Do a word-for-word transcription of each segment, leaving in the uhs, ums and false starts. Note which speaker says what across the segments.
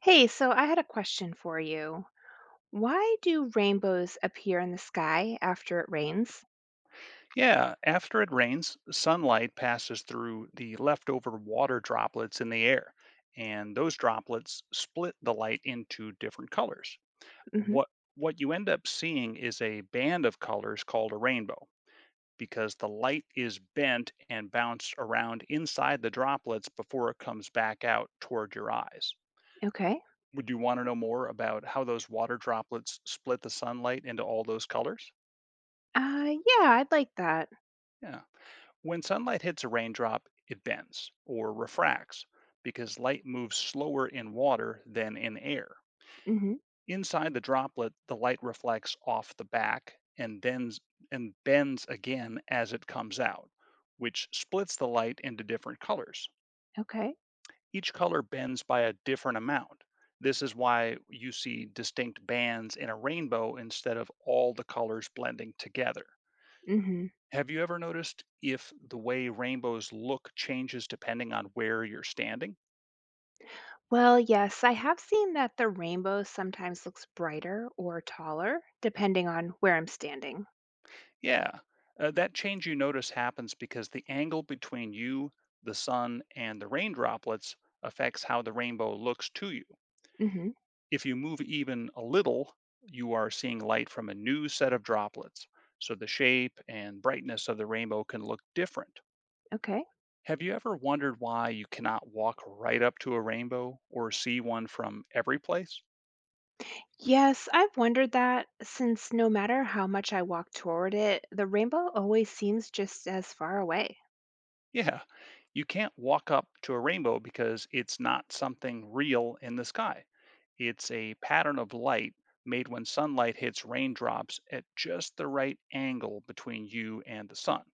Speaker 1: Hey, so I had a question for you. Why do rainbows appear in the sky after it rains?
Speaker 2: Yeah, after it rains, sunlight passes through the leftover water droplets in the air, and those droplets split the light into different colors.
Speaker 1: Hmm.
Speaker 2: What what you end up seeing is a band of colors called a rainbow because the light is bent and bounced around inside the droplets before it comes back out toward your eyes.
Speaker 1: Okay.
Speaker 2: Would you want to know more about how those water droplets split the sunlight into all those colors?
Speaker 1: Uh, yeah, I'd like that.
Speaker 2: Yeah. When sunlight hits a raindrop, it bends or refracts because light moves slower in water than in air.
Speaker 1: Hmm.
Speaker 2: Inside the droplet, the light reflects off the back and then and bends again as it comes out, which splits the light into different colors.
Speaker 1: Okay.
Speaker 2: Each color bends by a different amount. This is why you see distinct bands in a rainbow instead of all the colors blending together.
Speaker 1: Hmm.
Speaker 2: Have you ever noticed if the way rainbows look changes depending on where you're standing?
Speaker 1: Well, yes, I have seen that the rainbow sometimes looks brighter or taller, depending on where I'm standing.
Speaker 2: Yeah, uh, that change you notice happens because the angle between you, the sun, and the rain droplets affects how the rainbow looks to you.
Speaker 1: Hmm.
Speaker 2: If you move even a little, you are seeing light from a new set of droplets, so the shape and brightness of the rainbow can look different.
Speaker 1: Okay.
Speaker 2: Have you ever wondered why you cannot walk right up to a rainbow or see one from every place?
Speaker 1: Yes, I've wondered that since no matter how much I walk toward it, the rainbow always seems just as far away.
Speaker 2: Yeah. You can't walk up to a rainbow because it's not something real in the sky. It's a pattern of light made when sunlight hits raindrops at just the right angle between you and the sun.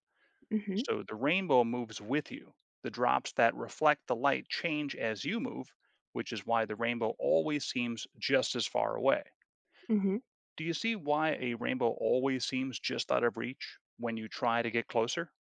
Speaker 1: Hmm.
Speaker 2: So the rainbow moves with you. The drops that reflect the light change as you move, which is why the rainbow always seems just as far away.
Speaker 1: Hmm.
Speaker 2: Do you see why a rainbow always seems just out of reach when you try to get closer?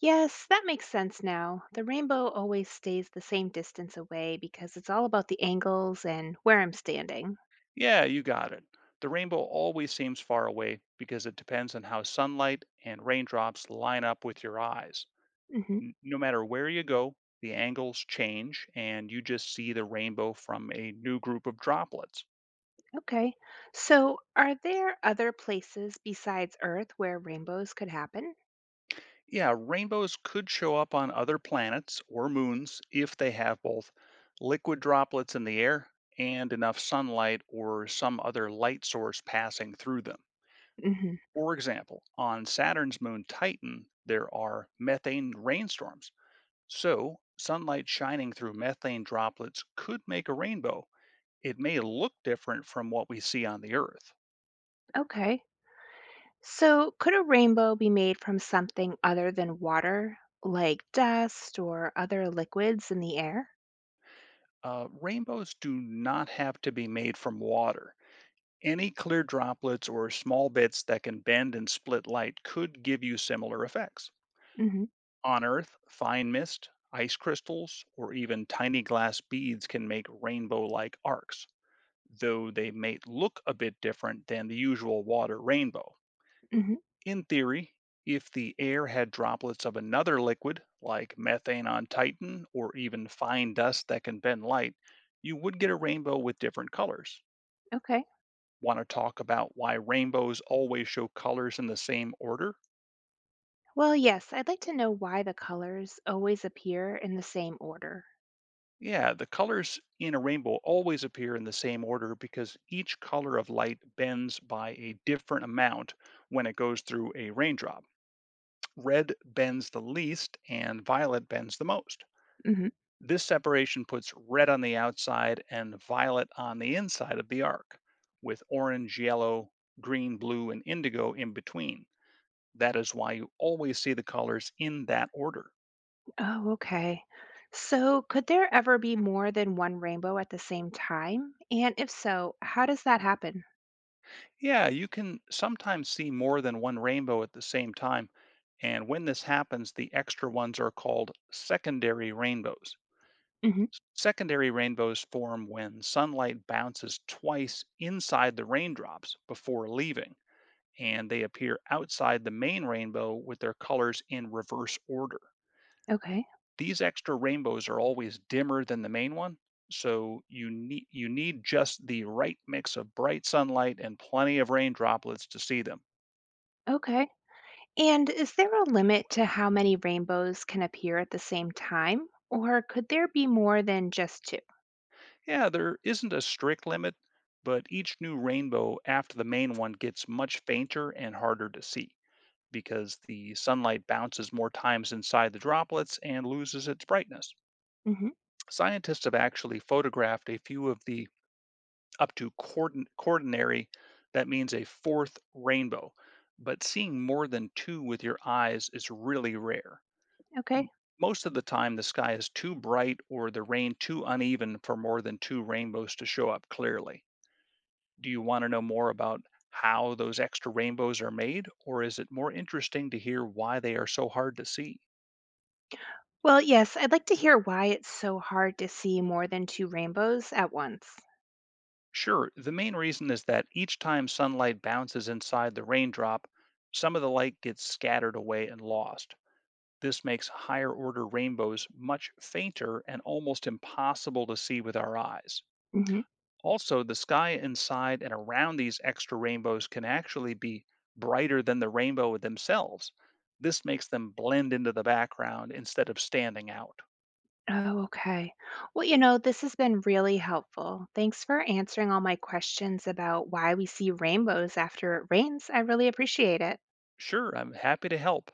Speaker 1: Yes, that makes sense now. The rainbow always stays the same distance away because it's all about the angles and where I'm standing.
Speaker 2: Yeah, you got it. The rainbow always seems far away because it depends on how sunlight and raindrops line up with your eyes.
Speaker 1: Hmm.
Speaker 2: N- No matter where you go, the angles change and you just see the rainbow from a new group of droplets.
Speaker 1: Okay. So, are there other places besides Earth where rainbows could happen?
Speaker 2: Yeah, rainbows could show up on other planets or moons if they have both liquid droplets in the air and enough sunlight or some other light source passing through them.
Speaker 1: Hmm.
Speaker 2: For example, on Saturn's moon Titan, there are methane rainstorms. So, sunlight shining through methane droplets could make a rainbow. It may look different from what we see on the Earth.
Speaker 1: Okay. So, could a rainbow be made from something other than water, like dust or other liquids in the air?
Speaker 2: Uh, rainbows do not have to be made from water. Any clear droplets or small bits that can bend and split light could give you similar effects.
Speaker 1: Hmm.
Speaker 2: On Earth, fine mist, ice crystals, or even tiny glass beads can make rainbow like arcs, though they may look a bit different than the usual water rainbow.
Speaker 1: Hmm.
Speaker 2: In theory, if the air had droplets of another liquid, like methane on Titan or even fine dust that can bend light, you would get a rainbow with different colors.
Speaker 1: Okay.
Speaker 2: Want to talk about why rainbows always show colors in the same order?
Speaker 1: Well, yes, I'd like to know why the colors always appear in the same order.
Speaker 2: Yeah, the colors in a rainbow always appear in the same order because each color of light bends by a different amount when it goes through a raindrop. Red bends the least and violet bends the most.
Speaker 1: Hmm.
Speaker 2: This separation puts red on the outside and violet on the inside of the arc, with orange, yellow, green, blue, and indigo in between. That is why you always see the colors in that order.
Speaker 1: Oh, okay. So, could there ever be more than one rainbow at the same time? And if so, how does that happen?
Speaker 2: Yeah, you can sometimes see more than one rainbow at the same time, and when this happens, the extra ones are called secondary rainbows.
Speaker 1: Hmm.
Speaker 2: Secondary rainbows form when sunlight bounces twice inside the raindrops before leaving, and they appear outside the main rainbow with their colors in reverse order.
Speaker 1: Okay.
Speaker 2: These extra rainbows are always dimmer than the main one, so you need you need just the right mix of bright sunlight and plenty of rain droplets to see them.
Speaker 1: Okay. And is there a limit to how many rainbows can appear at the same time? Or could there be more than just two?
Speaker 2: Yeah, there isn't a strict limit, but each new rainbow after the main one gets much fainter and harder to see, because the sunlight bounces more times inside the droplets and loses its brightness.
Speaker 1: Hmm.
Speaker 2: Scientists have actually photographed a few of the up to quatern- quaternary, that means a fourth rainbow, but seeing more than two with your eyes is really rare.
Speaker 1: Okay.
Speaker 2: M- Most of the time, the sky is too bright or the rain too uneven for more than two rainbows to show up clearly. Do you want to know more about how those extra rainbows are made, or is it more interesting to hear why they are so hard to see?
Speaker 1: Well, yes, I'd like to hear why it's so hard to see more than two rainbows at once.
Speaker 2: Sure, the main reason is that each time sunlight bounces inside the raindrop, some of the light gets scattered away and lost. This makes higher order rainbows much fainter and almost impossible to see with our eyes. Also, the sky inside and around these extra rainbows can actually be brighter than the rainbow themselves. This makes them blend into the background instead of standing out.
Speaker 1: Oh, okay. Well, you know, this has been really helpful. Thanks for answering all my questions about why we see rainbows after it rains. I really appreciate it.
Speaker 2: Sure, I'm happy to help.